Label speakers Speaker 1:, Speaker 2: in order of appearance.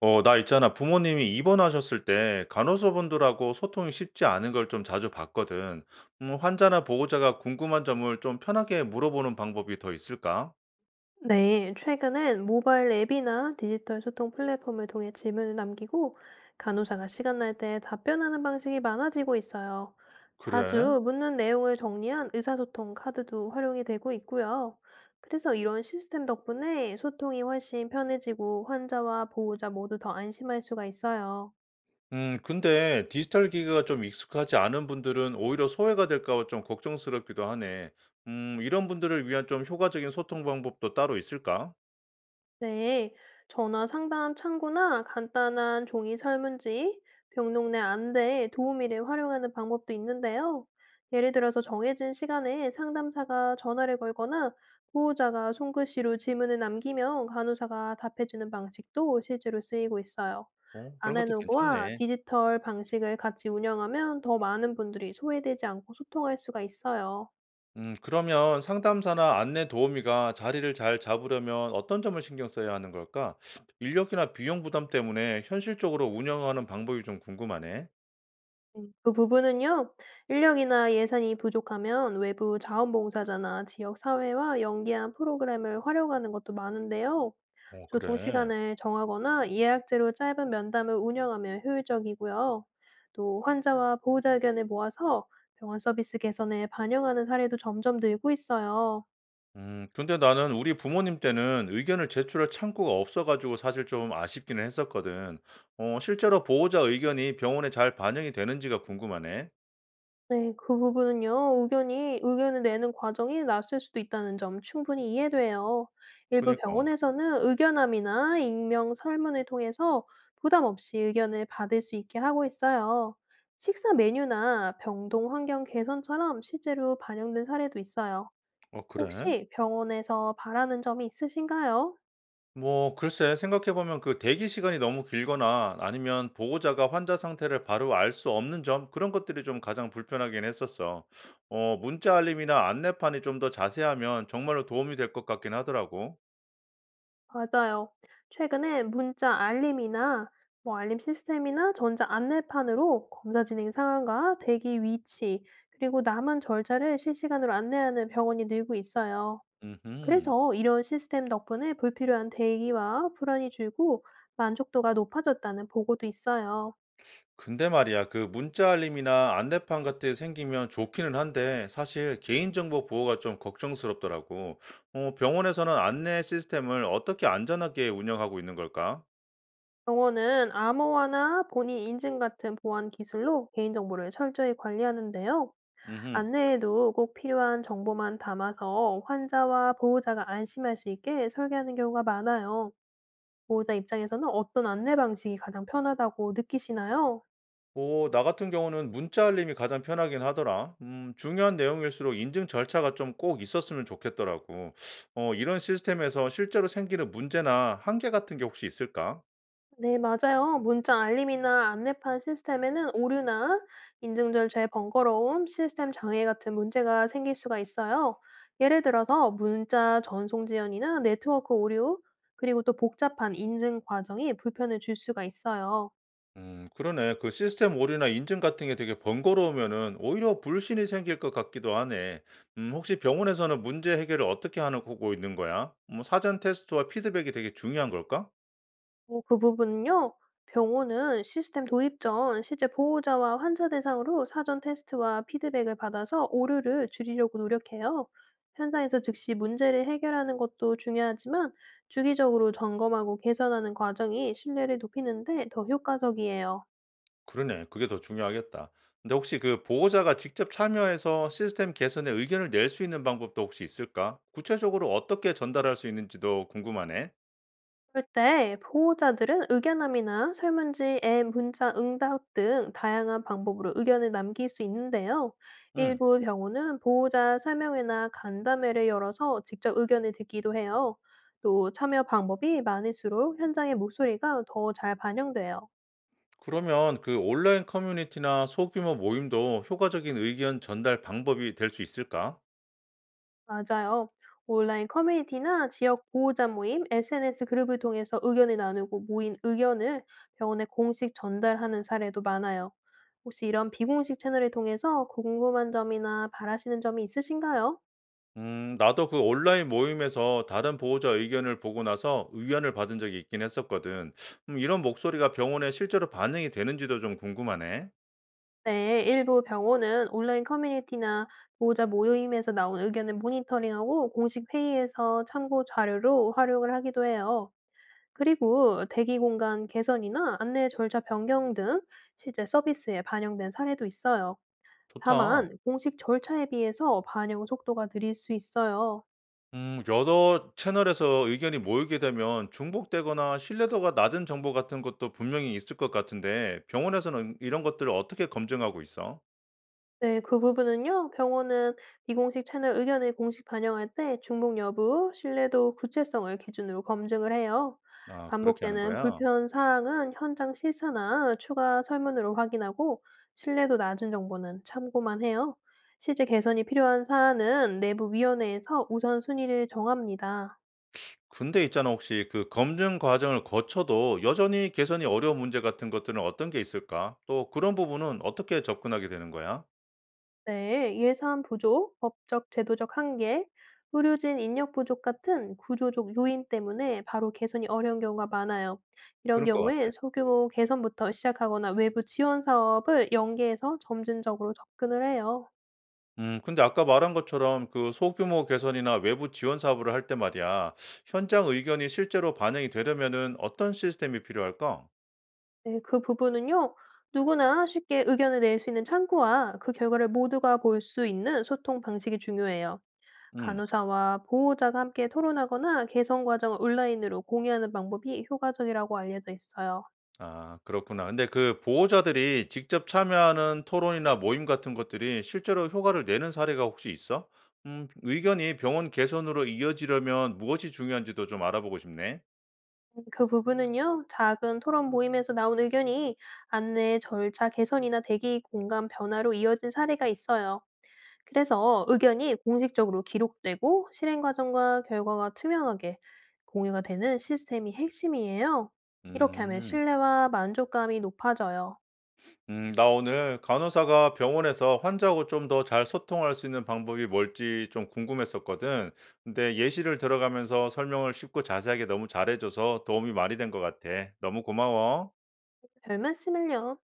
Speaker 1: 나 있잖아. 부모님이 입원하셨을 때 간호사분들하고 소통이 쉽지 않은 걸 좀 자주 봤거든. 환자나 보호자가 궁금한 점을 좀 편하게 물어보는 방법이 더 있을까?
Speaker 2: 네, 최근엔 모바일 앱이나 디지털 소통 플랫폼을 통해 질문을 남기고 간호사가 시간 날 때 답변하는 방식이 많아지고 있어요.
Speaker 1: 그래?
Speaker 2: 자주 묻는 내용을 정리한 의사소통 카드도 활용이 되고 있고요. 그래서 이런 시스템 덕분에 소통이 훨씬 편해지고 환자와 보호자 모두 더 안심할 수가 있어요.
Speaker 1: 근데 디지털 기기가 좀 익숙하지 않은 분들은 오히려 소외가 될까 봐 좀 걱정스럽기도 하네. 이런 분들을 위한 좀 효과적인 소통 방법도 따로 있을까?
Speaker 2: 네, 전화 상담 창구나 간단한 종이 설문지, 병동 내 안내 도우미를 활용하는 방법도 있는데요. 예를 들어서 정해진 시간에 상담사가 전화를 걸거나 보호자가 손글씨로 질문을 남기면 간호사가 답해주는 방식도 실제로 쓰이고 있어요.
Speaker 1: 그런 것도
Speaker 2: 아날로그와
Speaker 1: 괜찮네.
Speaker 2: 디지털 방식을 같이 운영하면 더 많은 분들이 소외되지 않고 소통할 수가 있어요.
Speaker 1: 그러면 상담사나 안내 도우미가 자리를 잘 잡으려면 어떤 점을 신경 써야 하는 걸까? 인력이나 비용 부담 때문에 현실적으로 운영하는 방법이 좀 궁금하네.
Speaker 2: 네. 그 부분은요. 인력이나 예산이 부족하면 외부 자원봉사자나 지역 사회와 연계한 프로그램을 활용하는 것도 많은데요.
Speaker 1: 어,
Speaker 2: 교통
Speaker 1: 그래.
Speaker 2: 시간을 정하거나 예약제로 짧은 면담을 운영하면 효율적이고요. 또 환자와 보호자 의견을 모아서 병원 서비스 개선에 반영하는 사례도 점점 늘고 있어요.
Speaker 1: 근데 나는 우리 부모님 때는 의견을 제출할 창구가 없어가지고 사실 좀 아쉽기는 했었거든. 실제로 보호자 의견이 병원에 잘 반영이 되는지가 궁금하네.
Speaker 2: 네. 그 부분은요. 의견이 의견을 내는 과정이 낯설 수도 있다는 점 충분히 이해돼요. 일부
Speaker 1: 그니까.
Speaker 2: 병원에서는 의견함이나 익명 설문을 통해서 부담 없이 의견을 받을 수 있게 하고 있어요. 식사 메뉴나 병동 환경 개선처럼 실제로 반영된 사례도 있어요.
Speaker 1: 어, 그래?
Speaker 2: 혹시 병원에서 바라는 점이 있으신가요?
Speaker 1: 뭐 글쎄 생각해 보면 그 대기 시간이 너무 길거나 아니면 보호자가 환자 상태를 바로 알 수 없는 점 그런 것들이 좀 가장 불편하긴 했었어. 문자 알림이나 안내판이 좀 더 자세하면 정말로 도움이 될 것 같긴 하더라고.
Speaker 2: 맞아요. 최근에 문자 알림이나 뭐 알림 시스템이나 전자 안내판으로 검사 진행 상황과 대기 위치, 그리고 남은 절차를 실시간으로 안내하는 병원이 늘고 있어요.
Speaker 1: 음.
Speaker 2: 그래서 이런 시스템 덕분에 불필요한 대기와 불안이 줄고 만족도가 높아졌다는 보고도 있어요.
Speaker 1: 근데 말이야, 그 문자 알림이나 안내판 같은 게 생기면 좋기는 한데 사실 개인정보 보호가 좀 걱정스럽더라고. 병원에서는 안내 시스템을 어떻게 안전하게 운영하고 있는 걸까?
Speaker 2: 병원은 암호화나 본인 인증 같은 보안 기술로 개인정보를 철저히 관리하는데요.
Speaker 1: 음.
Speaker 2: 안내에도 꼭 필요한 정보만 담아서 환자와 보호자가 안심할 수 있게 설계하는 경우가 많아요. 보호자 입장에서는 어떤 안내 방식이 가장 편하다고 느끼시나요?
Speaker 1: 오, 나 같은 경우는 문자 알림이 가장 편하긴 하더라. 중요한 내용일수록 인증 절차가 좀 꼭 있었으면 좋겠더라고. 이런 시스템에서 실제로 생기는 문제나 한계 같은 게 혹시 있을까?
Speaker 2: 네, 맞아요. 문자 알림이나 안내판 시스템에는 오류나 인증 절차의 번거로움, 시스템 장애 같은 문제가 생길 수가 있어요. 예를 들어서 문자 전송 지연이나 네트워크 오류, 그리고 또 복잡한 인증 과정이 불편을 줄 수가 있어요.
Speaker 1: 그러네. 그 시스템 오류나 인증 같은 게 되게 번거로우면은 오히려 불신이 생길 것 같기도 하네. 혹시 병원에서는 문제 해결을 어떻게 하는 거고 있는 거야? 뭐 사전 테스트와 피드백이 되게 중요한 걸까?
Speaker 2: 어 그 부분은요. 병원은 시스템 도입 전 실제 보호자와 환자 대상으로 사전 테스트와 피드백을 받아서 오류를 줄이려고 노력해요. 현장에서 즉시 문제를 해결하는 것도 중요하지만 주기적으로 점검하고 개선하는 과정이 신뢰를 높이는 데 더 효과적이에요.
Speaker 1: 그러네. 그게 더 중요하겠다. 근데 혹시 그 보호자가 직접 참여해서 시스템 개선에 의견을 낼 수 있는 방법도 혹시 있을까? 구체적으로 어떻게 전달할 수 있는지도 궁금하네.
Speaker 2: 그럴 때 보호자들은 의견함이나 설문지, 앱, 문자 응답 등 다양한 방법으로 의견을 남길 수 있는데요.
Speaker 1: 음.
Speaker 2: 일부 병원은 보호자 설명회나 간담회를 열어서 직접 의견을 듣기도 해요. 또 참여 방법이 많을수록 현장의 목소리가 더 잘 반영돼요.
Speaker 1: 그러면 그 온라인 커뮤니티나 소규모 모임도 효과적인 의견 전달 방법이 될 수 있을까?
Speaker 2: 맞아요. 온라인 커뮤니티나 지역 보호자 모임, SNS 그룹을 통해서 의견을 나누고 모인 의견을 병원에 공식 전달하는 사례도 많아요. 혹시 이런 비공식 채널을 통해서 궁금한 점이나 바라시는 점이 있으신가요?
Speaker 1: 나도 그 온라인 모임에서 다른 보호자 의견을 보고 나서 의견을 받은 적이 있긴 했었거든. 이런 목소리가 병원에 실제로 반영이 되는지도 좀 궁금하네.
Speaker 2: 네, 일부 병원은 온라인 커뮤니티나 보호자 모임에서 나온 의견을 모니터링하고 공식 회의에서 참고 자료로 활용을 하기도 해요. 그리고 대기 공간 개선이나 안내 절차 변경 등 실제 서비스에 반영된 사례도 있어요.
Speaker 1: 좋다.
Speaker 2: 다만 공식 절차에 비해서 반영 속도가 느릴 수 있어요.
Speaker 1: 여러 채널에서 의견이 모이게 되면 중복되거나 신뢰도가 낮은 정보 같은 것도 분명히 있을 것 같은데 병원에서는 이런 것들을 어떻게 검증하고 있어?
Speaker 2: 네, 그 부분은요, 병원은 비공식 채널 의견을 공식 반영할 때 중복 여부, 신뢰도, 구체성을 기준으로 검증을 해요.
Speaker 1: 아, 그렇게 하는
Speaker 2: 반복되는
Speaker 1: 거야.
Speaker 2: 불편 사항은 현장 실사나 추가 설문으로 확인하고 신뢰도 낮은 정보는 참고만 해요. 실제 개선이 필요한 사안은 내부 위원회에서 우선순위를 정합니다.
Speaker 1: 근데 있잖아, 혹시 그 검증 과정을 거쳐도 여전히 개선이 어려운 문제 같은 것들은 어떤 게 있을까? 또 그런 부분은 어떻게 접근하게 되는 거야?
Speaker 2: 네, 예산 부족, 법적, 제도적 한계, 의료진 인력 부족 같은 구조적 요인 때문에 바로 개선이 어려운 경우가 많아요. 이런
Speaker 1: 그럴 것 같아.
Speaker 2: 경우에 소규모 개선부터 시작하거나 외부 지원 사업을 연계해서 점진적으로 접근을 해요.
Speaker 1: 근데 아까 말한 것처럼 그 소규모 개선이나 외부 지원 사업을 할 때 말이야, 현장 의견이 실제로 반영이 되려면은 어떤 시스템이 필요할까?
Speaker 2: 네, 그 부분은요, 누구나 쉽게 의견을 낼 수 있는 창구와 그 결과를 모두가 볼 수 있는 소통 방식이 중요해요.
Speaker 1: 음.
Speaker 2: 간호사와 보호자가 함께 토론하거나 개선 과정을 온라인으로 공유하는 방법이 효과적이라고 알려져 있어요.
Speaker 1: 아 그렇구나. 근데 그 보호자들이 직접 참여하는 토론이나 모임 같은 것들이 실제로 효과를 내는 사례가 혹시 있어? 의견이 병원 개선으로 이어지려면 무엇이 중요한지도 좀 알아보고 싶네.
Speaker 2: 그 부분은요, 작은 토론 모임에서 나온 의견이 안내 절차 개선이나 대기 공간 변화로 이어진 사례가 있어요. 그래서 의견이 공식적으로 기록되고 실행 과정과 결과가 투명하게 공유가 되는 시스템이 핵심이에요. 이렇게 하면
Speaker 1: 음.
Speaker 2: 신뢰와 만족감이 높아져요.
Speaker 1: 나 오늘 간호사가 병원에서 환자하고 좀 더 잘 소통할 수 있는 방법이 뭘지 좀 궁금했었거든. 근데 예시를 들어가면서 설명을 쉽고 자세하게 너무 잘해 줘서 도움이 많이 된 것 같아. 너무 고마워.
Speaker 2: 별 말씀을요.